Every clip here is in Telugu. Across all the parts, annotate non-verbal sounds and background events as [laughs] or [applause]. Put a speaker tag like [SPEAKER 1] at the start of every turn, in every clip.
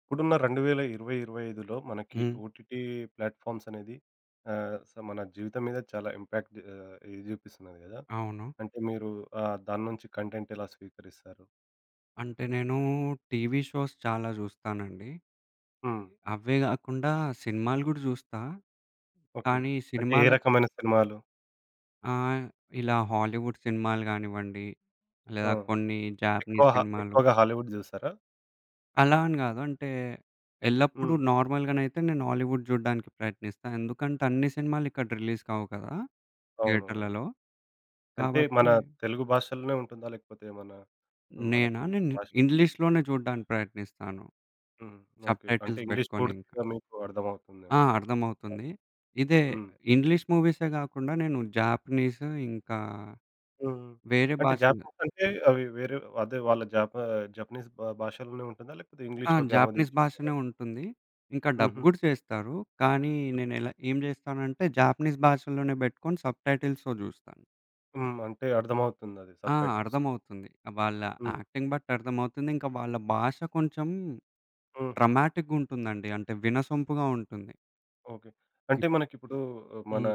[SPEAKER 1] ఇప్పుడున్న 2020, 2025లో మనకి
[SPEAKER 2] హ్మ్.
[SPEAKER 1] ఓటీటీ ప్లాట్‌ఫామ్స్ అనేది ఆహ్, స మన జీవితం మీద చాలా ఇంపాక్ట్ ఇది చూపిస్తున్నది గదా!
[SPEAKER 2] అవును.
[SPEAKER 1] అంటే మీరు దాని నుంచి కంటెంట్ ఎలా స్వీకరిస్తారు?
[SPEAKER 2] అంటే నేను టీవీ షోస్ చాలా జూస్తానండి.
[SPEAKER 1] హ్మ్.
[SPEAKER 2] అవే గాకుండా సినిమాలు గూడా జూస్తా.
[SPEAKER 1] ఓకే.
[SPEAKER 2] కానీ
[SPEAKER 1] అంటే ఏ
[SPEAKER 2] సినిమాల
[SPEAKER 1] రకమైన సినిమాలు?
[SPEAKER 2] ఆహ్, ఇలా హాలీవుడ్ సినిమాలు గానివ్వండి,
[SPEAKER 1] ఆ!
[SPEAKER 2] లేదా కొన్ని జాపనీస్ సినిమాలు.
[SPEAKER 1] ఎక్కువగా హాలీవుడ్ జూసారా?
[SPEAKER 2] అలా అని గాదు. అంటే ఎల్లప్పుడూ
[SPEAKER 1] హ్మ్.
[SPEAKER 2] నార్మల్‌గానైతే నేను హాలీవుడ్ జూడడానికి ప్రయత్నిస్తా. ఎందుకంటే అన్ని సినిమాలు ఇక్కడ రిలీజ్ కావు కదా!
[SPEAKER 1] అవునవును.
[SPEAKER 2] థియేటర్‌లలో.
[SPEAKER 1] అంటే
[SPEAKER 2] కాబట్టి
[SPEAKER 1] మన తెలుగు భాషలోనే ఉంటుందా? లేకపోతే ఏమన్నా
[SPEAKER 2] నేనా
[SPEAKER 1] మనకి
[SPEAKER 2] నేను
[SPEAKER 1] భాష?
[SPEAKER 2] ఇంగ్లీష్‌లోనే జూడడానికి ప్రయత్నిస్తాను.
[SPEAKER 1] హ్మ్. ఓకే. అంటే
[SPEAKER 2] సబ్‌టైటిల్స్
[SPEAKER 1] ఇంగ్లీష్
[SPEAKER 2] బెట్టుకొని ఇంక.
[SPEAKER 1] పూర్తిగా మీకు
[SPEAKER 2] ఆ!
[SPEAKER 1] అర్థమవుతుందేమో.
[SPEAKER 2] అర్థమవుతుంది. ఇదే
[SPEAKER 1] హ్మ్.
[SPEAKER 2] ఇంగ్లీష్ మూవీసే గాకుండా నేను జాపనీస్ ఇంకా
[SPEAKER 1] హ్మ్.
[SPEAKER 2] వేరే
[SPEAKER 1] అంటే
[SPEAKER 2] భాషలు.
[SPEAKER 1] జాపనీస్ అంటే అవి వేరే? అదే వాళ్ళ జపనీస్ భాషలోనే ఉంటుందా? లేకపోతే
[SPEAKER 2] ఆ!
[SPEAKER 1] ఇంగ్లీష్‌లోకి
[SPEAKER 2] జాపనీస్
[SPEAKER 1] అనువదించుంటారా?
[SPEAKER 2] భాషనే ఉంటుంది. ఇంకా డబ్
[SPEAKER 1] హుహు.
[SPEAKER 2] గూడా చేస్తారు. కానీ నేనెలా ఏం జేస్తానంటే జాపనీస్ భాషలోనే బెట్టుకొని సబ్‌టైటిల్స్‌తో జూస్తాను.
[SPEAKER 1] హ్మ్. అంటే అర్థమవుతుందది
[SPEAKER 2] ఆ!
[SPEAKER 1] సబ్‌టైటిల్స్.
[SPEAKER 2] అర్థమవుతుంది. వాళ్ళ
[SPEAKER 1] హ్మ్.
[SPEAKER 2] యాక్టింగ్ బట్టి అర్థమవుతుంది. ఇంకా వాళ్ళ భాష కొంచెం
[SPEAKER 1] హుహు.
[SPEAKER 2] డ్రమాటిక్‌గుంటుందండి. అంటే వినసొంపుగా ఉంటుంది.
[SPEAKER 1] ఓకే. అంటే
[SPEAKER 2] ఇప్
[SPEAKER 1] మనకిప్పుడు మన
[SPEAKER 2] హ్మ్.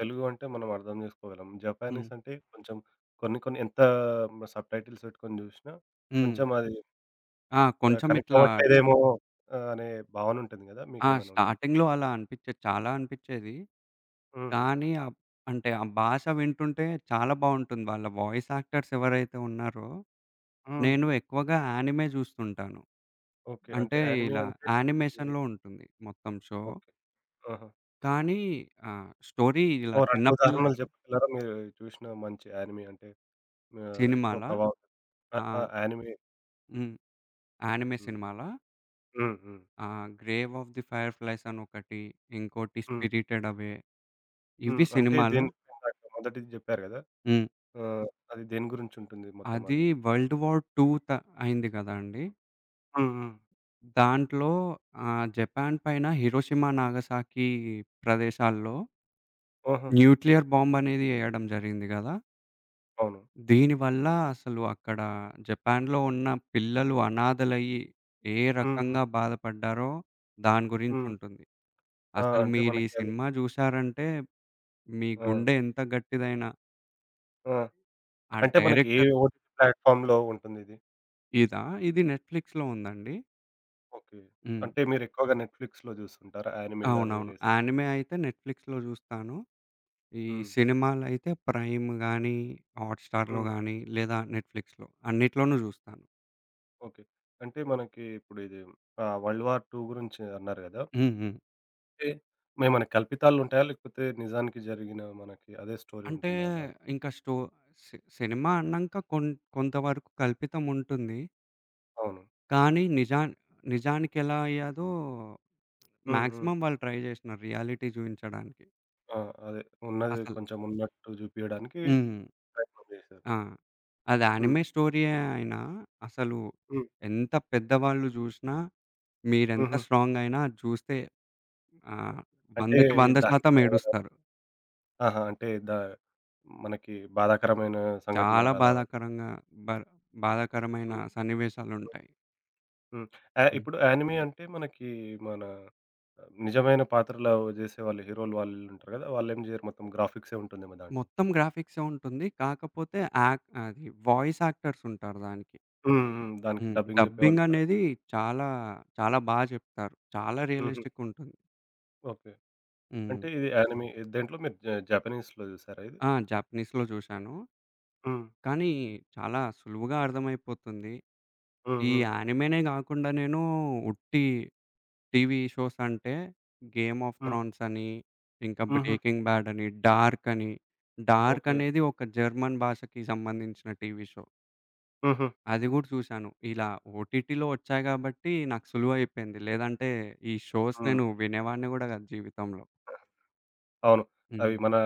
[SPEAKER 1] తెలుగు అంటే మనం అర్థం చేసుకోగలం.
[SPEAKER 2] హ్మ్.
[SPEAKER 1] జపానీస్ అంటే కొంచెం కొన్ని కొన్ని ఎంత సబ్‌టైటిల్స్ పెట్టుకొని చూసినా
[SPEAKER 2] హ్మ్.
[SPEAKER 1] కొంచెం అది
[SPEAKER 2] ఆ! కొంచెం
[SPEAKER 1] కనెక్ట్
[SPEAKER 2] ఇట్లా.
[SPEAKER 1] అవ్వట్లేదేమో అనే భావన ఉంటుంది గదా!
[SPEAKER 2] ఆ!
[SPEAKER 1] మీకేమైనా ఉండిందా?
[SPEAKER 2] స్టార్టింగ్‌లో అలా అనిపిచ్చేది. చాలా అనిపిచ్చేది.
[SPEAKER 1] హుహు.
[SPEAKER 2] కానీ అంటే ఆ భాష వింటుంటే చాలా బావుంటుంది. వాళ్ళ వాయిస్ యాక్టర్స్ ఎవరైతే ఉన్నారో,
[SPEAKER 1] హ్మ్.
[SPEAKER 2] నేను ఎక్కువగా యానిమే జూస్తుంటాను.
[SPEAKER 1] ఓకే. అంటే
[SPEAKER 2] అంటే
[SPEAKER 1] యానిమే
[SPEAKER 2] ఇలా
[SPEAKER 1] అంటే?
[SPEAKER 2] యానిమేషన్‌లో ఉంటుంది మొత్తం షో.
[SPEAKER 1] ఓకే. ఆహా!
[SPEAKER 2] కానీ స్టోరీ ఇలా
[SPEAKER 1] ఓ 2
[SPEAKER 2] చిన్న పిల్ల
[SPEAKER 1] ఉదాహరణలు చెప్పగలరా? మీరు చూసిన మంచి యానిమే అంటే ఎక్కువ
[SPEAKER 2] సినిమాలా.
[SPEAKER 1] ప్రభావం?
[SPEAKER 2] ఆ!
[SPEAKER 1] ఆ! యానిమే.
[SPEAKER 2] హ్మ్. యానిమే
[SPEAKER 1] హ్మ్.
[SPEAKER 2] సినిమాలా.
[SPEAKER 1] హ్మ్. హ్మ్.
[SPEAKER 2] 'Grave of the fireflies' అని ఒకటి, ఇంకోటి
[SPEAKER 1] హ్మ్.
[SPEAKER 2] 'Spirited away'.
[SPEAKER 1] హ్మ్.
[SPEAKER 2] ఇవి
[SPEAKER 1] అంటే
[SPEAKER 2] సినిమాలు.
[SPEAKER 1] దేని, ఇందాక మొదటిది జెప్పారు గదా!
[SPEAKER 2] హ్మ్.
[SPEAKER 1] ఆహ్, అది దేని గురించుంటుంది మొత్తం
[SPEAKER 2] అది
[SPEAKER 1] అది?
[SPEAKER 2] వరల్డ్ వార్ 2 త అయింది గదండీ!
[SPEAKER 1] హ్మ్. హ్మ్.
[SPEAKER 2] దాంట్లో జపాన్ పైన హిరోషిమా, నాగసాకి ప్రదేశాల్లో
[SPEAKER 1] ఆహా!
[SPEAKER 2] న్యూక్లియర్ బాంబ్ అనేది ఎయడం జరిగింది గదా!
[SPEAKER 1] అవును.
[SPEAKER 2] దీనివల్ల అసలు అక్కడ జపాన్‌లో ఉన్న పిల్లలు అనాథలయ్యి ఏ
[SPEAKER 1] హ్మ్. హ్మ్.
[SPEAKER 2] రకంగా బాధపడ్డారో దాని
[SPEAKER 1] హ్మ్.
[SPEAKER 2] గురించుంటుంది.
[SPEAKER 1] ఆ!
[SPEAKER 2] అసలు
[SPEAKER 1] అంటే
[SPEAKER 2] మీరీ
[SPEAKER 1] మనకి అది?
[SPEAKER 2] సినిమా జూశారంటే మీ
[SPEAKER 1] ఆ!
[SPEAKER 2] గుండె ఎంత గట్టిదైనా
[SPEAKER 1] ఆ!
[SPEAKER 2] ఆ
[SPEAKER 1] అంటే మనకి ఏ
[SPEAKER 2] డైరెక్టర్.
[SPEAKER 1] ఓటీటీ ప్లాట్‌ఫార్మ్‌లో ఉంటుందిది?
[SPEAKER 2] ఇదా? ఇది నెట్‌ఫ్లిక్స్‌లో ఉందండి.
[SPEAKER 1] ఓకే.
[SPEAKER 2] హ్మ్.
[SPEAKER 1] అంటే మీరెక్కువగా నెట్‌ఫ్లిక్స్‌లో జూస్తుంటారా యానిమే గాని
[SPEAKER 2] అవునవును.
[SPEAKER 1] వేరేసి?
[SPEAKER 2] యానిమే అయితే నెట్‌ఫ్లిక్స్‌లో జూస్తాను. ఈ
[SPEAKER 1] హ్మ్.
[SPEAKER 2] సినిమాలైతే ప్రైమ్ గానీ, హాట్‌స్టార్‌లో
[SPEAKER 1] హ్మ్.
[SPEAKER 2] గానీ, లేదా నెట్‌ఫ్లిక్స్‌లో అన్నిట్లోనూ జూస్తాను.
[SPEAKER 1] ఓకే. అంటే మనకి ఇప్పుడు ఇది వరల్డ్ వార్ 2 గురించి అన్నారు గదా!
[SPEAKER 2] హ్మ్. హ్మ్.
[SPEAKER 1] అంటే మనకి కల్పితాలుంటాయా? లేకపోతే నిజానికి జరిగిన మనకి అదే స్టోరీ
[SPEAKER 2] అంటే
[SPEAKER 1] ఉంటుందా దాంట్లో?
[SPEAKER 2] ఇంకా స్టో సినిమా అన్నంక కొంతవరకు కల్పితం ఉంటుంది.
[SPEAKER 1] అవును.
[SPEAKER 2] కానీ నిజానికెలా అయ్యాదో
[SPEAKER 1] హ్మ్. హ్మ్.
[SPEAKER 2] మాక్సిమం వాళ్ళు ట్రై జేషినారు రియాలిటీ జూయించడానికి.
[SPEAKER 1] ఆ! అదే ఉన్నది
[SPEAKER 2] అసలు
[SPEAKER 1] కొంచెం ఉన్నట్టు జూపియడానికి
[SPEAKER 2] హ్మ్.
[SPEAKER 1] ప్రయత్నం జేశారు.
[SPEAKER 2] ఆ! అది
[SPEAKER 1] హ్మ్.
[SPEAKER 2] యానిమే స్టోరీయే అయినా అసలు
[SPEAKER 1] హ్మ్.
[SPEAKER 2] ఎంత పెద్దవాళ్ళు జూషినా మీరెంత
[SPEAKER 1] హుహు.
[SPEAKER 2] స్ట్రాంగ్ అయినా అది చూస్తే ఆహ్,
[SPEAKER 1] అంటే
[SPEAKER 2] 100కి 100%
[SPEAKER 1] దాంట్లో ఏమైనా?
[SPEAKER 2] ఏడుస్తారు.
[SPEAKER 1] ఆహా! అంటే దా మనకి బాధాకరమైన
[SPEAKER 2] చాలా
[SPEAKER 1] సంఘటనలలా?
[SPEAKER 2] బాధాకరంగా బర్ బాధాకరమైన
[SPEAKER 1] హ్మ్.
[SPEAKER 2] సన్నివేశాలుంటాయి.
[SPEAKER 1] హ్మ్. ఆ!
[SPEAKER 2] హ్మ్.
[SPEAKER 1] ఇప్పుడు యానిమే అంటే మనకి మన నిజమైన పాత్రలో జేసేవాళ్ళు హీరోలు వాళ్ళుంటారు గదా! వాళ్ళేం జేయరు మొత్తం గ్రాఫిక్సే ఉంటుందేమో దాంట్లో.
[SPEAKER 2] మొత్తం గ్రాఫిక్సే ఉంటుంది. కాకపోతే అది వాయిస్ యాక్టర్స్ ఉంటారు దానికి.
[SPEAKER 1] హ్మ్. హ్మ్. దానికి
[SPEAKER 2] హ్మ్.
[SPEAKER 1] డబ్బింగ్
[SPEAKER 2] డబ్బింగ్
[SPEAKER 1] జెప్పేవాళ్ళుంటారు.
[SPEAKER 2] అనేది చాలా, చాలా చెప్తారు. చాలా
[SPEAKER 1] హుహు.
[SPEAKER 2] రియలిస్టిక్ ఉంటుంది.
[SPEAKER 1] ఓకే.
[SPEAKER 2] హ్మ్.
[SPEAKER 1] అంటే ఇది యానిమే, దేంట్లో మీరు జాపనీస్‌లో జూసారా ఇది?
[SPEAKER 2] ఆ! జాపనీస్‌లో చూశాను.
[SPEAKER 1] హ్మ్.
[SPEAKER 2] కానీ చాలా సులువుగా అర్థమైపోతుంది.
[SPEAKER 1] హ్మ్.
[SPEAKER 2] ఈ
[SPEAKER 1] హ్మ్.
[SPEAKER 2] యానిమేనే గాకుండా నేను ఉట్టి టీవీ షోస్ అంటే 'గేమ్ ఆఫ్
[SPEAKER 1] హ్మ్.
[SPEAKER 2] థ్రాన్స్' అని, ఇంకా
[SPEAKER 1] హుహు.
[SPEAKER 2] 'బ్రేకింగ్ బ్యాడ్' అని, 'డార్క్' అని. 'Dark'
[SPEAKER 1] okay.
[SPEAKER 2] అనేది ఒక జర్మన్ భాషకి సంబంధించిన టీవీ షో.
[SPEAKER 1] హుహు.
[SPEAKER 2] అది గూడా చూశాను. ఇలా ఓటీటీలో వచ్చాయి గాబట్టి నాకు సులువైపోయింది. లేదంటే ఈ షోస్
[SPEAKER 1] హ్మ్.
[SPEAKER 2] నేను వినేవాడిని గూడా గాదు జీవితంలో.
[SPEAKER 1] అవును. అవి
[SPEAKER 2] హ్మ్.
[SPEAKER 1] మన.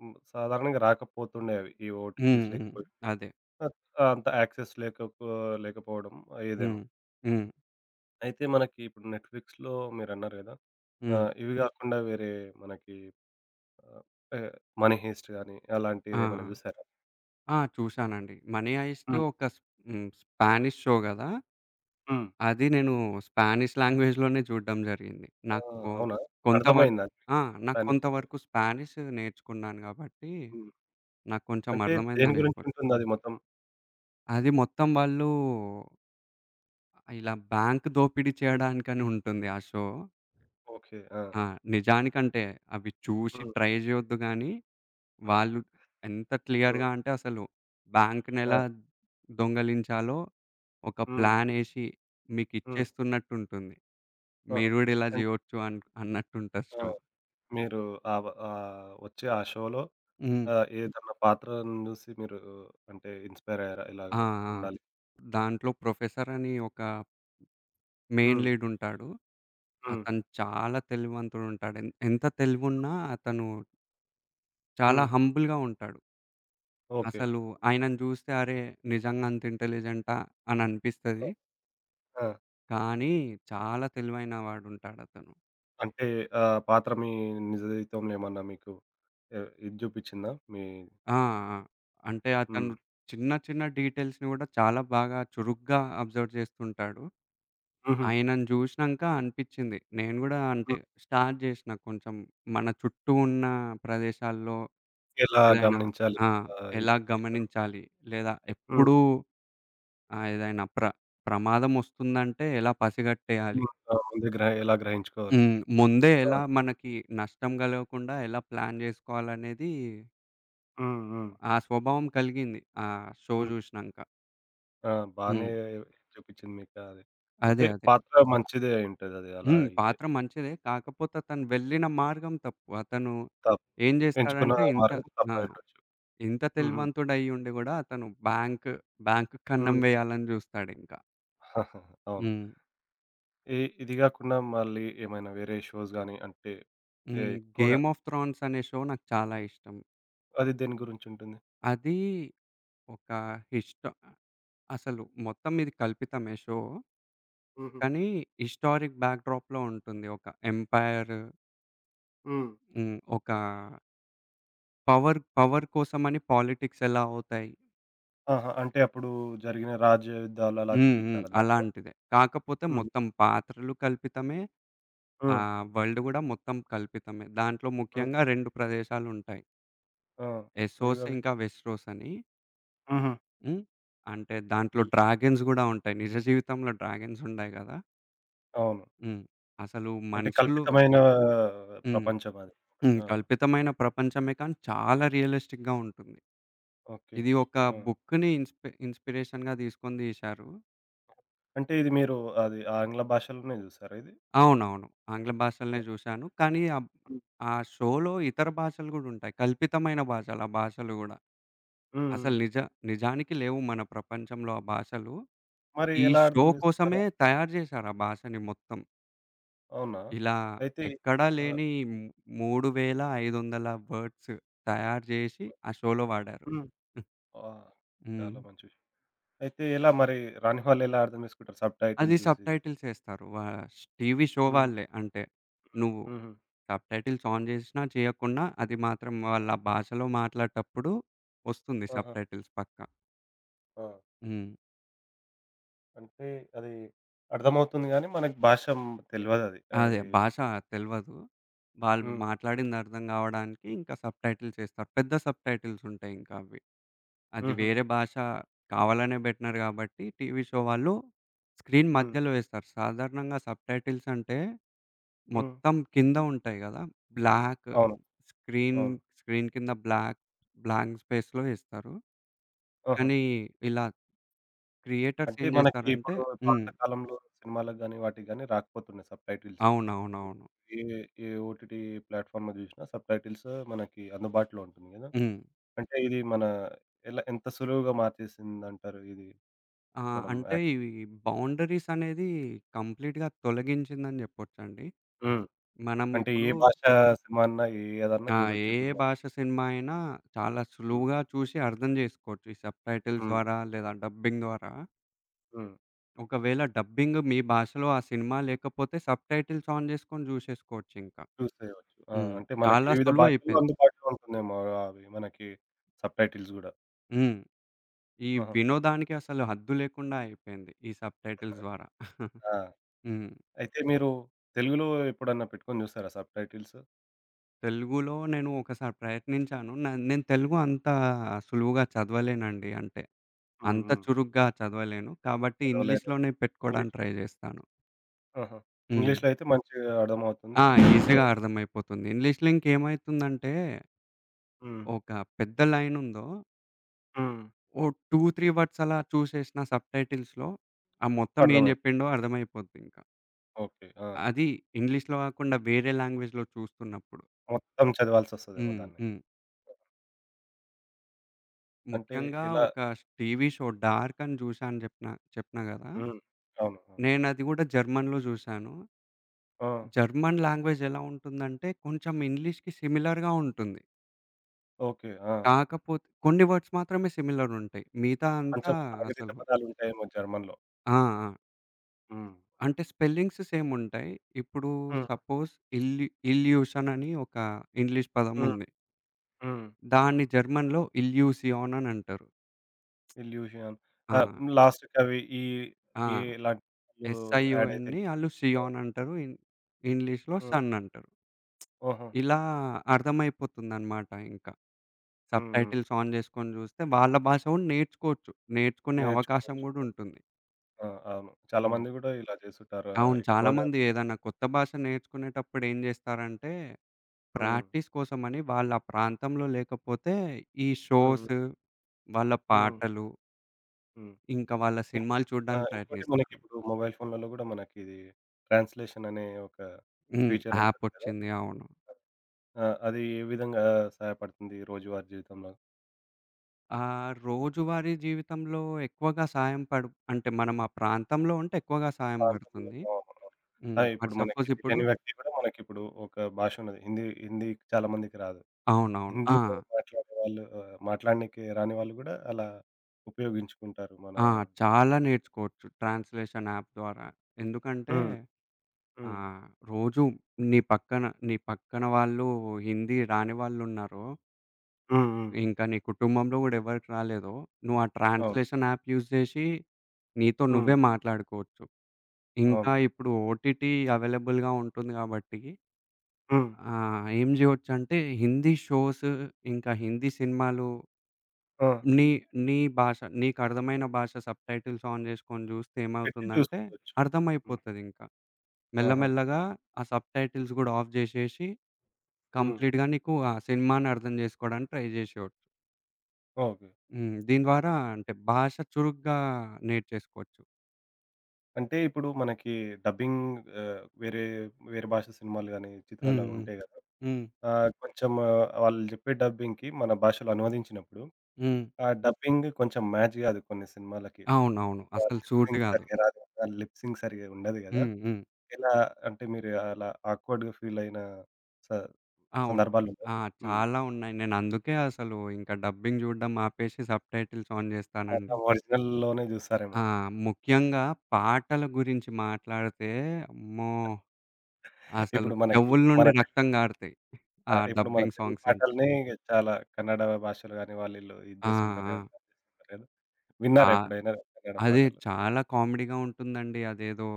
[SPEAKER 1] హ్మ్. సాధారణంగా రాకపోతుండే అవి. ఈ
[SPEAKER 2] హ్మ్.
[SPEAKER 1] ఓటీటీస్
[SPEAKER 2] హ్మ్.
[SPEAKER 1] లేకపోయి
[SPEAKER 2] అదే.
[SPEAKER 1] అంత యాక్సెస్ లేకపోవడం
[SPEAKER 2] హ్మ్.
[SPEAKER 1] ఇదేమో.
[SPEAKER 2] హ్మ్.
[SPEAKER 1] అయితే మనకి ఇప్పుడు నెట్‌ఫ్లిక్స్‌లో మీరన్నారు గదా! ఆ!
[SPEAKER 2] హ్మ్.
[SPEAKER 1] ఇవి గాకుండా వేరే మనకి ఆహ్, ఆహ్, 'మనీ హెయిస్ట్' గాని
[SPEAKER 2] ఆ!
[SPEAKER 1] అలాంటిదేమైనా జూసారా?
[SPEAKER 2] ఆ! చూశానండి. 'మనీ హైస్ట్'
[SPEAKER 1] హ్మ్.
[SPEAKER 2] ఒక స్ హ్మ్. స్పానిష్ షో గదా!
[SPEAKER 1] హ్మ్.
[SPEAKER 2] అది నేను స్పానిష్ లాంగ్వేజ్‌లోనే చూడడం జరిగింది.
[SPEAKER 1] ఆ!
[SPEAKER 2] నాకు
[SPEAKER 1] అవునా?
[SPEAKER 2] కొంతవరకు.
[SPEAKER 1] అర్థమైందా
[SPEAKER 2] ఆ!
[SPEAKER 1] మీకు
[SPEAKER 2] నాకు
[SPEAKER 1] స్పానిష్?
[SPEAKER 2] కొంతవరకు స్పానిష్ నేర్చుకున్నాను కాబట్టి,
[SPEAKER 1] హ్మ్.
[SPEAKER 2] నాకు కొంచెం
[SPEAKER 1] అంటే దేని
[SPEAKER 2] అర్థమైందని చెప్పొచ్చు.
[SPEAKER 1] గురించుంటుందది మొత్తం?
[SPEAKER 2] అది మొత్తం వాళ్ళు ఇలా బ్యాంక్ దోపిడీ చేయడానికని ఉంటుంది ఆ షో.
[SPEAKER 1] ఓకే. ఆ!
[SPEAKER 2] ఆ! నిజానికంటే అవి చూసి
[SPEAKER 1] హ్మ్.
[SPEAKER 2] ట్రై చేయొద్దు గానీ, వాళ్ళు ఎంత
[SPEAKER 1] హ్మ్.
[SPEAKER 2] క్లియర్‌గా అంటే అసలు
[SPEAKER 1] ఆ!
[SPEAKER 2] బ్యాంక్‌నెలా దొంగలించాలో ఒక
[SPEAKER 1] హ్మ్.
[SPEAKER 2] ప్లానేసి
[SPEAKER 1] హ్మ్.
[SPEAKER 2] మీకిచ్చేస్తున్నట్టుంటుంది.
[SPEAKER 1] ఆహా!
[SPEAKER 2] మీరు గూడా ఇలా
[SPEAKER 1] అన్
[SPEAKER 2] జేయొచ్చు అన్నట్టుంటది
[SPEAKER 1] ఆ!
[SPEAKER 2] షో.
[SPEAKER 1] మీరు వచ్చే ఆ షోలో
[SPEAKER 2] హ్మ్.
[SPEAKER 1] ఏదన్నా పాత్రను జూసి మీరు అంటే ఇన్‌స్పైర్ అయ్యారా? ఇలాగ
[SPEAKER 2] ఆ! ఆ!
[SPEAKER 1] ఉండాలి.
[SPEAKER 2] దాంట్లో ప్రొఫెసర్ అని ఒక మెయిన్
[SPEAKER 1] హ్మ్.
[SPEAKER 2] లీడ్ ఉంటాడు.
[SPEAKER 1] హ్మ్.
[SPEAKER 2] అతను చాలా తెలివంతుడుంటాడు. ఎంత తెలివున్నా అతను చాలా
[SPEAKER 1] హ్మ్.
[SPEAKER 2] హంబుల్‌గా ఉంటాడు.
[SPEAKER 1] ఓకే.
[SPEAKER 2] అసలు ఆయనను జూస్తే అరే! నిజంగా అంత ఇంటెలిజెంటా అని అనిపిస్తది.
[SPEAKER 1] ఆ!
[SPEAKER 2] కానీ చాలా తెలివైన వాడుంటాడతను.
[SPEAKER 1] అంటే పాత్ర మీ నిజ జీవితంలో ఏమన్నా మీకు ఎ ఇది చూపించిందా? మీ?
[SPEAKER 2] ఆ! ఆ! అంటే అతను
[SPEAKER 1] హ్మ్.
[SPEAKER 2] చిన్న చిన్న డీటెయిల్స్‌ని గూడా చాలా బాగా చురుగ్గా అబ్జర్వ్ జేస్తుంటాడు.
[SPEAKER 1] హుహు.
[SPEAKER 2] ఆయనను జూసినంక అనిపిచ్చింది. నేను గూడా అంటే
[SPEAKER 1] హ్మ్.
[SPEAKER 2] స్టార్ట్ జేసిన కొంచెం మన చుట్టూ ఉన్న ప్రదేశాల్లో
[SPEAKER 1] ఎలా
[SPEAKER 2] ఏదైనా.
[SPEAKER 1] గమనించాలి?
[SPEAKER 2] ఆ!
[SPEAKER 1] ఇది.
[SPEAKER 2] ఎలా గమనించాలి? లేదా
[SPEAKER 1] హ్మ్.
[SPEAKER 2] ఎప్పుడూ ఏదైనా ప్రమాదం ఒస్తుందంటే ఎలా పసిగట్టేయాలి?
[SPEAKER 1] హ్మ్. ఆ! ముందే ఎలా గ్రహించుకోవాలి?
[SPEAKER 2] హ్మ్. ముందే
[SPEAKER 1] ఆ!
[SPEAKER 2] ఎలా మనకి నష్టం గలగకుండా ఎలా ప్లాన్ జేసుకోవాలనేది
[SPEAKER 1] హ్మ్. హ్మ్.
[SPEAKER 2] ఆ స్వభావం కలిగింది. ఆ షో
[SPEAKER 1] హ్మ్.
[SPEAKER 2] జూసినంక.
[SPEAKER 1] ఆ! బానే
[SPEAKER 2] హ్మ్.
[SPEAKER 1] చూపించింది మీకు అది.
[SPEAKER 2] అదే.
[SPEAKER 1] అంటే
[SPEAKER 2] అదే.
[SPEAKER 1] పాత్ర మంచిదే అయుంటదది అలా
[SPEAKER 2] హ్మ్.
[SPEAKER 1] అయితే.
[SPEAKER 2] పాత్ర మంచిదే. కాకపోతే అతను వెళ్ళిన మార్గం తప్పు. అతను
[SPEAKER 1] తప్
[SPEAKER 2] ఏం
[SPEAKER 1] ఎంచుకున్న
[SPEAKER 2] జేస్తాడంటే ఇంత.
[SPEAKER 1] మార్గం
[SPEAKER 2] ఆ!
[SPEAKER 1] తప్పయుండొచ్చు.
[SPEAKER 2] ఇంత
[SPEAKER 1] హుహు.
[SPEAKER 2] తెలివంతుడయ్యుండి గూడా అతను బ్యాంక్‌కి కన్నం
[SPEAKER 1] హ్మ్.
[SPEAKER 2] వేయాలని జూస్తాడింకా.
[SPEAKER 1] [laughs] అవును.
[SPEAKER 2] హ్మ్.
[SPEAKER 1] ఇ ఇది గాకుండా మళ్ళీ ఏమైనా వేరే షోస్ గాని అంటే?
[SPEAKER 2] హ్మ్.
[SPEAKER 1] ఎక్కువగా
[SPEAKER 2] 'గేమ్ ఆఫ్ థ్రాన్స్' అనే షో నాకు చాలా ఇష్టం.
[SPEAKER 1] అది దేని గురించుంటుంది?
[SPEAKER 2] అది ఒక హిస్ట అసలు మొత్తం ఇది కల్పితమే షో.
[SPEAKER 1] హుహు.
[SPEAKER 2] కానీ హిస్టారిక్ బ్యాక్‌డ్రాప్‌లో ఉంటుంది. ఒక ఎంపైర్.
[SPEAKER 1] హ్మ్.
[SPEAKER 2] హ్మ్. ఒక పవర్ పవర్ కోసమని పాలిటిక్స్ ఎలా అవుతాయి?
[SPEAKER 1] ఆహా! అంటే అప్పుడు జరిగిన రాజ్య యుద్ధాలు అలా
[SPEAKER 2] హ్మ్. హ్మ్.
[SPEAKER 1] చూపిచ్చారా దాంట్లో?
[SPEAKER 2] అలాంటిదే. కాకపోతే
[SPEAKER 1] హ్మ్.
[SPEAKER 2] మొత్తం పాత్రలు కల్పితమే.
[SPEAKER 1] హ్మ్.
[SPEAKER 2] వరల్డ్ గూడా మొత్తం కల్పితమే. దాంట్లో
[SPEAKER 1] హ్మ్.
[SPEAKER 2] ముఖ్యంగా 2 ప్రదేశాలుంటాయి.
[SPEAKER 1] ఆ!
[SPEAKER 2] ఎసోస్
[SPEAKER 1] ఏవవి?
[SPEAKER 2] ఇంకా వెస్టోస్ అని.
[SPEAKER 1] హుహు.
[SPEAKER 2] హ్మ్. అంటే దాంట్లో
[SPEAKER 1] హ్మ్.
[SPEAKER 2] డ్రాగన్స్ గూడా ఉంటాయి. నిజ జీవితంలో డ్రాగన్స్ ఉండయి గదా!
[SPEAKER 1] అవును.
[SPEAKER 2] హ్మ్. అసలు
[SPEAKER 1] అంటే
[SPEAKER 2] మనుషులు.
[SPEAKER 1] కల్పితమైన
[SPEAKER 2] హ్మ్.
[SPEAKER 1] ప్రపంచం అది.
[SPEAKER 2] హ్మ్.
[SPEAKER 1] ఆ!
[SPEAKER 2] కల్పితమైన ప్రపంచమే కానీ చాలా రియలిస్టిక్‌గా ఉంటుంది.
[SPEAKER 1] ఓకే.
[SPEAKER 2] ఇది ఒక
[SPEAKER 1] ఆ!
[SPEAKER 2] బుక్‌ని ఇన్‌స్పిరేషన్‌గా తీసుకొని తీశారు.
[SPEAKER 1] అంటే ఇది మీరు అది ఆంగ్ల భాషలోనే జూసారా ఇది?
[SPEAKER 2] అవునవును. ఆంగ్ల భాషలనే
[SPEAKER 1] హ్మ్.
[SPEAKER 2] జూశాను. కానీ
[SPEAKER 1] హ్మ్. హ్మ్.
[SPEAKER 2] ఆ షోలో ఇతర భాషలు గూడా ఉంటాయి. కల్పితమైన భాషలు ఆ భాషలు గూడా.
[SPEAKER 1] హ్మ్.
[SPEAKER 2] అసలు నిజానికి లేవు మన ప్రపంచంలో ఆ భాషలు.
[SPEAKER 1] మరి
[SPEAKER 2] ఈ
[SPEAKER 1] ఎలా
[SPEAKER 2] షో
[SPEAKER 1] అర్థం జేసుకుంటారు
[SPEAKER 2] కోసమే
[SPEAKER 1] వాటిని?
[SPEAKER 2] తయారు జేశారు ఆ భాషని మొత్తం.
[SPEAKER 1] అవునా?
[SPEAKER 2] ఇలా
[SPEAKER 1] అయితే
[SPEAKER 2] ఎక్కడా
[SPEAKER 1] ఆ!
[SPEAKER 2] లేని 3,500 వర్డ్స్ తయారు జేసి ఆ షోలో వాడారు.
[SPEAKER 1] హ్మ్. ఆహ్,
[SPEAKER 2] హ్మ్.
[SPEAKER 1] చాలా మంచి విషయం. అయితే ఎలా మరి రాని వాళ్ళెలా అర్థం జేసుకుంటారు
[SPEAKER 2] అది
[SPEAKER 1] సబ్‌టైటిల్స్ జూసి?
[SPEAKER 2] సబ్‌టైటిల్స్ ఏస్తారు. టీవీ షో
[SPEAKER 1] హుహు.
[SPEAKER 2] వాళ్ళే. అంటే నువ్వు
[SPEAKER 1] హ్మ్. హుహు.
[SPEAKER 2] సబ్‌టైటిల్స్ ఆన్ జేసినా, చేయకున్నా అది మాత్రం వాళ్ళ భాషలో మాట్లాడేటప్పుడు వస్తుంది
[SPEAKER 1] ఆహా!
[SPEAKER 2] సబ్‌టైటిల్స్ పక్కా.
[SPEAKER 1] ఆ!
[SPEAKER 2] హ్మ్.
[SPEAKER 1] అంటే అది అర్థమవుతుంది గానీ, మనకి భాష తెల్వదది. అది.
[SPEAKER 2] అదే భాష తెలవదు. వాళ్ళు
[SPEAKER 1] హ్మ్.
[SPEAKER 2] మాట్లాడింది అర్థం కావడానికి ఇంకా సబ్‌టైటిల్స్ ఏస్తారు. పెద్ద సబ్‌టైటిల్స్ ఉంటాయి ఇంకా అవి. అది
[SPEAKER 1] హుహు.
[SPEAKER 2] వేరే భాష కావాలనే బెట్టినారు కాబట్టి టీవీ షో వాళ్ళు స్క్రీన్
[SPEAKER 1] హ్మ్.
[SPEAKER 2] మధ్యలో ఏస్తారు. సాధారణంగా సబ్‌టైటిల్స్ అంటే
[SPEAKER 1] హ్మ్.
[SPEAKER 2] మొత్తం కింద ఉంటాయి గదా! బ్లాక్
[SPEAKER 1] అవును.
[SPEAKER 2] స్క్రీన్,
[SPEAKER 1] అవును.
[SPEAKER 2] స్క్రీన్ కింద బ్లాక్, బ్లాంక్ స్పేస్‌లో ఏస్తారు.
[SPEAKER 1] ఆహా!
[SPEAKER 2] కానీ ఇలా క్రియేటర్స్
[SPEAKER 1] అంటే
[SPEAKER 2] ఏం
[SPEAKER 1] మనకి
[SPEAKER 2] జేస్తారంటే
[SPEAKER 1] ఇప్పుడు పాత
[SPEAKER 2] హ్మ్.
[SPEAKER 1] కాలంలో సినిమాలకు గానీ, వాటికి గానీ రాకపోతుండే సబ్‌టైటిల్స్.
[SPEAKER 2] అవునవునవును.
[SPEAKER 1] ఏ ఏ ఓటీటీ ప్లాట్‌ఫార్మ్‌లో జూసినా సబ్‌టైటిల్స్ మనకి అందుబాటులో ఉంటుంది గదా!
[SPEAKER 2] హ్మ్.
[SPEAKER 1] అంటే ఇది మన ఎంత సులువుగా మార్చేసిందంటారు ఇది
[SPEAKER 2] ఆ!
[SPEAKER 1] మనం
[SPEAKER 2] అంటే
[SPEAKER 1] యాక్సెస్?
[SPEAKER 2] ఇవి బౌండరీస్ అనేది కంప్లీట్‌గా తొలగించిందని జెప్పొచ్చండి.
[SPEAKER 1] హ్మ్.
[SPEAKER 2] మనం
[SPEAKER 1] అంటే ఏ
[SPEAKER 2] ఇప్పుడు.
[SPEAKER 1] భాష సినిమా అన్నా ఏదన్నా
[SPEAKER 2] ఆ!
[SPEAKER 1] జూడొచ్చు
[SPEAKER 2] ఏ
[SPEAKER 1] ఇప్పుడు మనం.
[SPEAKER 2] భాష సినిమా అయినా చాలా
[SPEAKER 1] హ్మ్.
[SPEAKER 2] సులువుగా చూసి అర్థం జేసుకోవచ్చు. ఈ సబ్‌టైటిల్స్
[SPEAKER 1] హ్మ్.
[SPEAKER 2] ద్వారా లేదా డబ్బింగ్ ద్వారా.
[SPEAKER 1] హ్మ్.
[SPEAKER 2] ఒకవేళ డబ్బింగ్ మీ భాషలో ఆ సినిమా లేకపోతే సబ్‌టైటిల్స్ ఆన్ జేసుకొని జూసేసుకోవచ్చింక.
[SPEAKER 1] చేయవచ్చు. ఆ!
[SPEAKER 2] హ్మ్.
[SPEAKER 1] అంటే మనకి
[SPEAKER 2] చాలా
[SPEAKER 1] వివిధ భాషల్లో
[SPEAKER 2] సులువయిపోయింది.
[SPEAKER 1] అందుబాటులో ఉంటుందేమో అవి మనకి సబ్‌టైటిల్స్ గూడా.
[SPEAKER 2] హ్మ్. ఈ
[SPEAKER 1] ఆహా!
[SPEAKER 2] వినోదానికి అసలు హద్దు లేకుండా అయిపోయింది. ఈ సబ్‌టైటిల్స్ ద్వారా. [laughs]
[SPEAKER 1] ఆ!
[SPEAKER 2] హ్మ్.
[SPEAKER 1] అయితే మీరు తెలుగులో ఎప్పుడన్నా పెట్టుకొని జూసారా సబ్‌టైటిల్స్?
[SPEAKER 2] తెలుగులో నేను ఒకసారి ప్రయత్నించాను. నేను తెలుగు అంత సులువుగా చదవలేనండి. అంటే
[SPEAKER 1] హ్మ్.
[SPEAKER 2] అంత
[SPEAKER 1] హ్మ్.
[SPEAKER 2] చురుగ్గా చదవలేను. కాబట్టి
[SPEAKER 1] చదవలేరు.
[SPEAKER 2] ఇంగ్లీష్‌లోనే పెట్టుకోవడానికి
[SPEAKER 1] ఇంగ్లీష్‌లో.
[SPEAKER 2] ట్రై జేస్తాను.
[SPEAKER 1] ఆహా!
[SPEAKER 2] హ్మ్.
[SPEAKER 1] ఇంగ్లీష్‌లో అయితే మంచిగా అర్థమవుతుంది.
[SPEAKER 2] ఆ!
[SPEAKER 1] సో.
[SPEAKER 2] ఈజీగా అర్థమైపోతుంది. ఇంగ్లీష్‌లో ఇంకేమైతుందంటే
[SPEAKER 1] హ్మ్.
[SPEAKER 2] ఒక పెద్ద లైన్ ఉందో
[SPEAKER 1] హ్మ్.
[SPEAKER 2] ఓ 2, 3 వర్డ్స్ అలా చూసేసిన సబ్‌టైటిల్స్‌లో ఆ మొత్తం ఏం
[SPEAKER 1] అర్థమైంది.
[SPEAKER 2] జెప్పిండో అర్థమైపోద్ది ఇంకా.
[SPEAKER 1] ఓకే. ఆ!
[SPEAKER 2] అది ఇంగ్లీష్‌లో గాకుండా వేరే లాంగ్వేజ్‌లో చూస్తున్నప్పుడు.
[SPEAKER 1] మొత్తం చదవాల్సొస్తదేమో
[SPEAKER 2] హ్మ్.
[SPEAKER 1] దాన్ని.
[SPEAKER 2] హ్మ్.
[SPEAKER 1] అంటే
[SPEAKER 2] ముఖ్యంగా
[SPEAKER 1] ఎలా.
[SPEAKER 2] ఒక టీవీ షో 'డార్క్' అని జూశా అని జెప్పిన చెప్పినా గదా!
[SPEAKER 1] హ్మ్. అవును. అవును.
[SPEAKER 2] నేనది గూడా జర్మన్‌లో జూశాను.
[SPEAKER 1] ఆ!
[SPEAKER 2] జర్మన్ లాంగ్వేజ్ ఎలా ఉంటుందంటే కొంచెం ఇంగ్లీష్‌కి సిమిలర్‌గా ఉంటుంది.
[SPEAKER 1] ఓకే. ఆ!
[SPEAKER 2] కాకపోతే కొన్ని వర్డ్స్ మాత్రమే సిమిలర్ ఉంటాయి. మిగతా అంతా
[SPEAKER 1] కొంచెం సాగతీత
[SPEAKER 2] అసలు.
[SPEAKER 1] పదాలుంటాయేమో జర్మన్‌లో.
[SPEAKER 2] ఆ! ఆ!
[SPEAKER 1] హ్మ్.
[SPEAKER 2] అంటే స్పెల్లింగ్స్ సేమ్ ఉంటాయి. ఇప్పుడు
[SPEAKER 1] హుహు.
[SPEAKER 2] సపోజ్ ఇల్యూషన్ అని ఒక ఇంగ్లీష్ పదం
[SPEAKER 1] హ్మ్.
[SPEAKER 2] ఉంది.
[SPEAKER 1] హ్మ్.
[SPEAKER 2] దాన్ని జర్మన్‌లో ఇల్యూసియాన్ అని అంటారు.
[SPEAKER 1] ఇల్యూషన్.
[SPEAKER 2] ఆ!
[SPEAKER 1] హ్మ్. లాస్ట్‌కి అవి ఈ
[SPEAKER 2] ఆ!
[SPEAKER 1] ఈ ఇలాంటి వాళ్ళు యాడ్ అయితాయి.
[SPEAKER 2] ఎస్‌ఐఓఎన్‌ని ఆళ్ళు సియాన్ అంటారు. ఇంగ్లీష్‌లో
[SPEAKER 1] హ్మ్.
[SPEAKER 2] సన్ అంటారు.
[SPEAKER 1] ఓహో!
[SPEAKER 2] ఇలా అర్థమైపోతుందనమాట ఇంక.
[SPEAKER 1] హ్మ్. హ్మ్.
[SPEAKER 2] సబ్‌టైటిల్స్ ఆన్ జేసుకొని జూస్తే వాళ్ళ భాష గూడా నేర్చుకోవచ్చు. నేర్చుకునే అవకాశం
[SPEAKER 1] నేర్చుకోవచ్చు.
[SPEAKER 2] గూడా ఉంటుంది.
[SPEAKER 1] ఆ! అవును. చాలా
[SPEAKER 2] హ్మ్.
[SPEAKER 1] మంది గూడా ఇలా జేస్తుంటారు.
[SPEAKER 2] అవును.
[SPEAKER 1] ఎక్కువగా.
[SPEAKER 2] చాలామంది ఏదైనా కొత్త భాష నేర్చుకునేటప్పుడు ఏం జేస్తారంటే,
[SPEAKER 1] హ్మ్.
[SPEAKER 2] ప్రాక్టీస్ కోసమని వాళ్ళ ప్రాంతంలో లేకపోతే ఈ
[SPEAKER 1] హ్మ్.
[SPEAKER 2] షోస్, వాళ్ళ
[SPEAKER 1] హ్మ్.
[SPEAKER 2] పాటలు,
[SPEAKER 1] హ్మ్.
[SPEAKER 2] ఇంకా వాళ్ళ
[SPEAKER 1] ఇం
[SPEAKER 2] సినిమాలు
[SPEAKER 1] ఆ!
[SPEAKER 2] చూడడానికి
[SPEAKER 1] ఇంకోటి
[SPEAKER 2] ప్రయత్నిస్తారు.
[SPEAKER 1] మనకిప్పుడు మొబైల్ ఫోన్‌లలో గూడా మనకిది ట్రాన్స్‌లేషన్ అనే ఒక
[SPEAKER 2] హ్మ్.
[SPEAKER 1] ఫీచర్ ఉంటుంది కదా!
[SPEAKER 2] యాపొచ్చింది. అవును.
[SPEAKER 1] ఆ! అది ఏ విధంగా సహాయపడుతుంది రోజువారీ జీవితంలో?
[SPEAKER 2] ఆ! రోజువారీ జీవితంలో ఎక్కువగా సాయం పడు అంటే మనం ఆ ప్రాంతంలో ఉంటే ఎక్కువగా సాయం
[SPEAKER 1] ప్రాంతంలో
[SPEAKER 2] పడుతుంది.
[SPEAKER 1] అవును.
[SPEAKER 2] హ్మ్.
[SPEAKER 1] ఆ!
[SPEAKER 2] ఫర్
[SPEAKER 1] ఇప్పుడు మనకి
[SPEAKER 2] సపోజ్ ఇప్పుడు
[SPEAKER 1] తెలియని వ్యక్తి కూడా మనకిప్పుడు ఒక భాష ఉన్నది. హిందీ హిందీ చాలా మందికి రాదు.
[SPEAKER 2] అవునవును. ఆ!
[SPEAKER 1] హిందీలో మాట్లాడే వాళ్ళు మాట్లాడనీకి రాని వాళ్ళు గూడా అలా ఉపయోగించుకుంటారు మన.
[SPEAKER 2] ఆ! చాలా నేర్చుకోవచ్చు ట్రాన్స్‌లేషన్ యాప్ ద్వారా. ఎందుకంటే
[SPEAKER 1] హ్మ్. హ్మ్.
[SPEAKER 2] రోజు నీ పక్కన వాళ్ళు హిందీ రాని వాళ్ళున్నారో,
[SPEAKER 1] హ్మ్. హ్మ్.
[SPEAKER 2] ఇంకా నీ కుటుంబంలో గూడా ఎవరికి రాలేదో, నువ్వు ఆ
[SPEAKER 1] అవును.
[SPEAKER 2] ట్రాన్స్‌లేషన్ యాప్ యూజ్ జేసి నీతో
[SPEAKER 1] హ్మ్.
[SPEAKER 2] నువ్వే మాట్లాడుకోవచ్చు. ఇంకా
[SPEAKER 1] అవును.
[SPEAKER 2] ఇప్పుడు ఓటీటీ అవైలబుల్‌గా ఉంటుంది గాబట్టి.
[SPEAKER 1] హ్మ్.
[SPEAKER 2] ఆ! ఏం జేయొచ్చంటే హిందీ షోస్, ఇంకా హిందీ సినిమాలు
[SPEAKER 1] ఆ!
[SPEAKER 2] నీ నీ భాష నీకర్థమైన భాష సబ్‌టైటిల్స్ ఆన్ జేసుకొని జూస్తే
[SPEAKER 1] పెట్టి
[SPEAKER 2] ఏమవుతుందంటే,
[SPEAKER 1] చూసుకోవచ్చు. హ్మ్.
[SPEAKER 2] అర్థమైపోతదింకా.
[SPEAKER 1] ఆహా!
[SPEAKER 2] మెల్లమెల్లగా ఆ సబ్‌టైటిల్స్ గూడా ఆఫ్ జేసేసి,
[SPEAKER 1] హ్మ్.
[SPEAKER 2] కంప్లీట్‌గా నీకు ఆ సినిమాని అర్థం జేసుకోవడానికి ట్రై జేసేయొచ్చు.
[SPEAKER 1] ఓకే.
[SPEAKER 2] హ్మ్. దీని ద్వారా అంటే భాష చురుగ్గా నేర్చేసుకోవచ్చు.
[SPEAKER 1] అంటే ఇప్పుడు మనకి డబ్బింగ్, వేరే వేరే భాష సినిమాలు గాని,
[SPEAKER 2] హ్మ్.
[SPEAKER 1] చిత్రాలవి
[SPEAKER 2] హ్మ్.
[SPEAKER 1] ఉంటాయి గదా!
[SPEAKER 2] హ్మ్.
[SPEAKER 1] కొంచెం ఆ, వాళ్ళు జెప్పే డబ్బింగ్‌కి మన భాషలో అనువదించినప్పుడు
[SPEAKER 2] హ్మ్.
[SPEAKER 1] ఆ డబ్బింగ్ కొంచెం మ్యాచ్ కాదు కొన్ని సినిమాలకి.
[SPEAKER 2] అవునవును.
[SPEAKER 1] ఆ
[SPEAKER 2] అసలు
[SPEAKER 1] లిప్
[SPEAKER 2] సూటి
[SPEAKER 1] సింక్
[SPEAKER 2] గాదు.
[SPEAKER 1] సరిగ్గా రాదు. ఆ లిప్ సింక్ సరిగ్గా ఉండదు గదా!
[SPEAKER 2] హ్మ్. హ్మ్.
[SPEAKER 1] ఎలా అంటే మీరు అలా ఆక్వర్డ్‌గా ఫీల్ అయిన స
[SPEAKER 2] అవును.
[SPEAKER 1] సందర్భాలున్నాయా?
[SPEAKER 2] ఆ!
[SPEAKER 1] హ్మ్.
[SPEAKER 2] చాలా ఉన్నాయి. నేనందుకే అసలు ఇంకా డబ్బింగ్ జూడడం ఆపేసి సబ్‌టైటిల్స్ ఆన్ జేస్తానండి.
[SPEAKER 1] మొత్తం ఒరిజినల్‌లోనే జూసారేమో!
[SPEAKER 2] ఆ! ముఖ్యంగా పాటల గురించి మాట్లాడితే అమ్మో! అసలు
[SPEAKER 1] ఇప్పుడు మనకి
[SPEAKER 2] చెవుల
[SPEAKER 1] మన
[SPEAKER 2] నుండి రక్తం గారుతాయి.
[SPEAKER 1] ఆ!
[SPEAKER 2] ఆ
[SPEAKER 1] ఇప్పుడు మన
[SPEAKER 2] డబ్బింగ్
[SPEAKER 1] తెలుగు
[SPEAKER 2] సాంగ్స్ ఇంటే.
[SPEAKER 1] పాటలనే ఇగ చాలా కన్నడ భాషలో గాని వాళ్ళు ఈళ్ళు ఇది
[SPEAKER 2] ఆ!
[SPEAKER 1] జేస్తుంటారు
[SPEAKER 2] ఆ!
[SPEAKER 1] గదా! కదా!
[SPEAKER 2] చా
[SPEAKER 1] విన్నారా ఎప్పుడైనా కన్నడ
[SPEAKER 2] అదే
[SPEAKER 1] పాటలు?
[SPEAKER 2] చాలా కామెడీగా ఉంటుందండి. అదేదో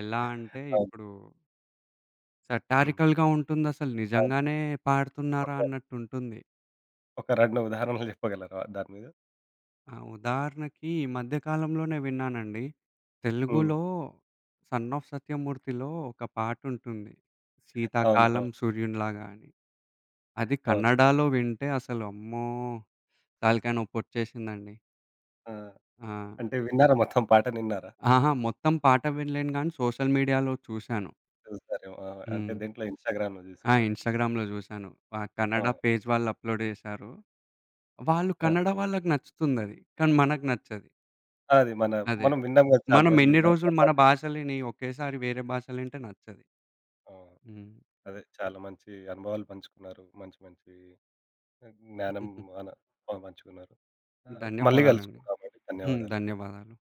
[SPEAKER 2] ఎలా అంటే
[SPEAKER 1] అవును.
[SPEAKER 2] ఇప్పుడు సటారికల్‌గా ఉంటుందసలు
[SPEAKER 1] అవును.
[SPEAKER 2] నిజంగానే పాడుతున్నారా
[SPEAKER 1] ఒక,
[SPEAKER 2] అన్నట్టుంటుంది.
[SPEAKER 1] ఒక 2 ఉదాహరణలు జెప్పగలరా దాని మీద?
[SPEAKER 2] ఆ! ఉదాహరణకి ఈ మధ్య కాలంలోనే విన్నానండి.
[SPEAKER 1] హ్మ్.
[SPEAKER 2] తెలుగులో 'సన్ ఆఫ్ సత్యమూర్తి'లో ఒక పాటుంటుంది.
[SPEAKER 1] అవును.
[SPEAKER 2] 'శీతాకాలం
[SPEAKER 1] అవును.
[SPEAKER 2] సూర్యునిలాగా' అని. అది
[SPEAKER 1] అవును.
[SPEAKER 2] కన్నడలో వింటే అసలు అమ్మో! తలకాయ నొప్పొచ్చేసిందండి.
[SPEAKER 1] ఆ!
[SPEAKER 2] ఆ!
[SPEAKER 1] అంటే విన్నారా మొత్తం పాట విన్నారా?
[SPEAKER 2] అహా! మొత్తం పాట వినలేను గానీ సోషల్ మీడియాలో చూశాను.
[SPEAKER 1] చూసారేమో. ఆ! అంటే
[SPEAKER 2] హ్మ్.
[SPEAKER 1] దీంట్లో ఇన్‌స్టాగ్రామ్‌లో
[SPEAKER 2] ఆ!
[SPEAKER 1] జూసుంటారు.
[SPEAKER 2] ఇన్‌స్టాగ్రామ్‌లో చూశాను. ఆ
[SPEAKER 1] ఆ!
[SPEAKER 2] కన్నడ పేజ్ వాళ్ళు అప్‌లోడ్ చేశారు. వాళ్ళు
[SPEAKER 1] ఆ!
[SPEAKER 2] కన్నడ వాళ్ళకి నచ్చుతుందది. కానీ మనకు నచ్చది.
[SPEAKER 1] అది మన,
[SPEAKER 2] అదే.
[SPEAKER 1] మనం విన్నాం గదా! చాలా
[SPEAKER 2] మనం
[SPEAKER 1] రోజులు
[SPEAKER 2] ఎన్ని
[SPEAKER 1] విన్నాం.
[SPEAKER 2] రోజులు మన
[SPEAKER 1] అలవాటైపోయింది.
[SPEAKER 2] భాషలిని ఒకేసారి వేరే భాషలింటే నచ్చది.
[SPEAKER 1] ఆ!
[SPEAKER 2] హ్మ్.
[SPEAKER 1] అదే చాలా మంచి అనుభవాలు పంచుకున్నారు. మంచి మంచి జ్ఞానం
[SPEAKER 2] [laughs]
[SPEAKER 1] అన పంచుకున్నారు. ఆ! మళ్ళీ
[SPEAKER 2] ధన్యవాదాలండి.
[SPEAKER 1] గలుసుకుందామండి.
[SPEAKER 2] హ్మ్.
[SPEAKER 1] ధన్యవాదాలు.
[SPEAKER 2] ధన్యవాదాలు.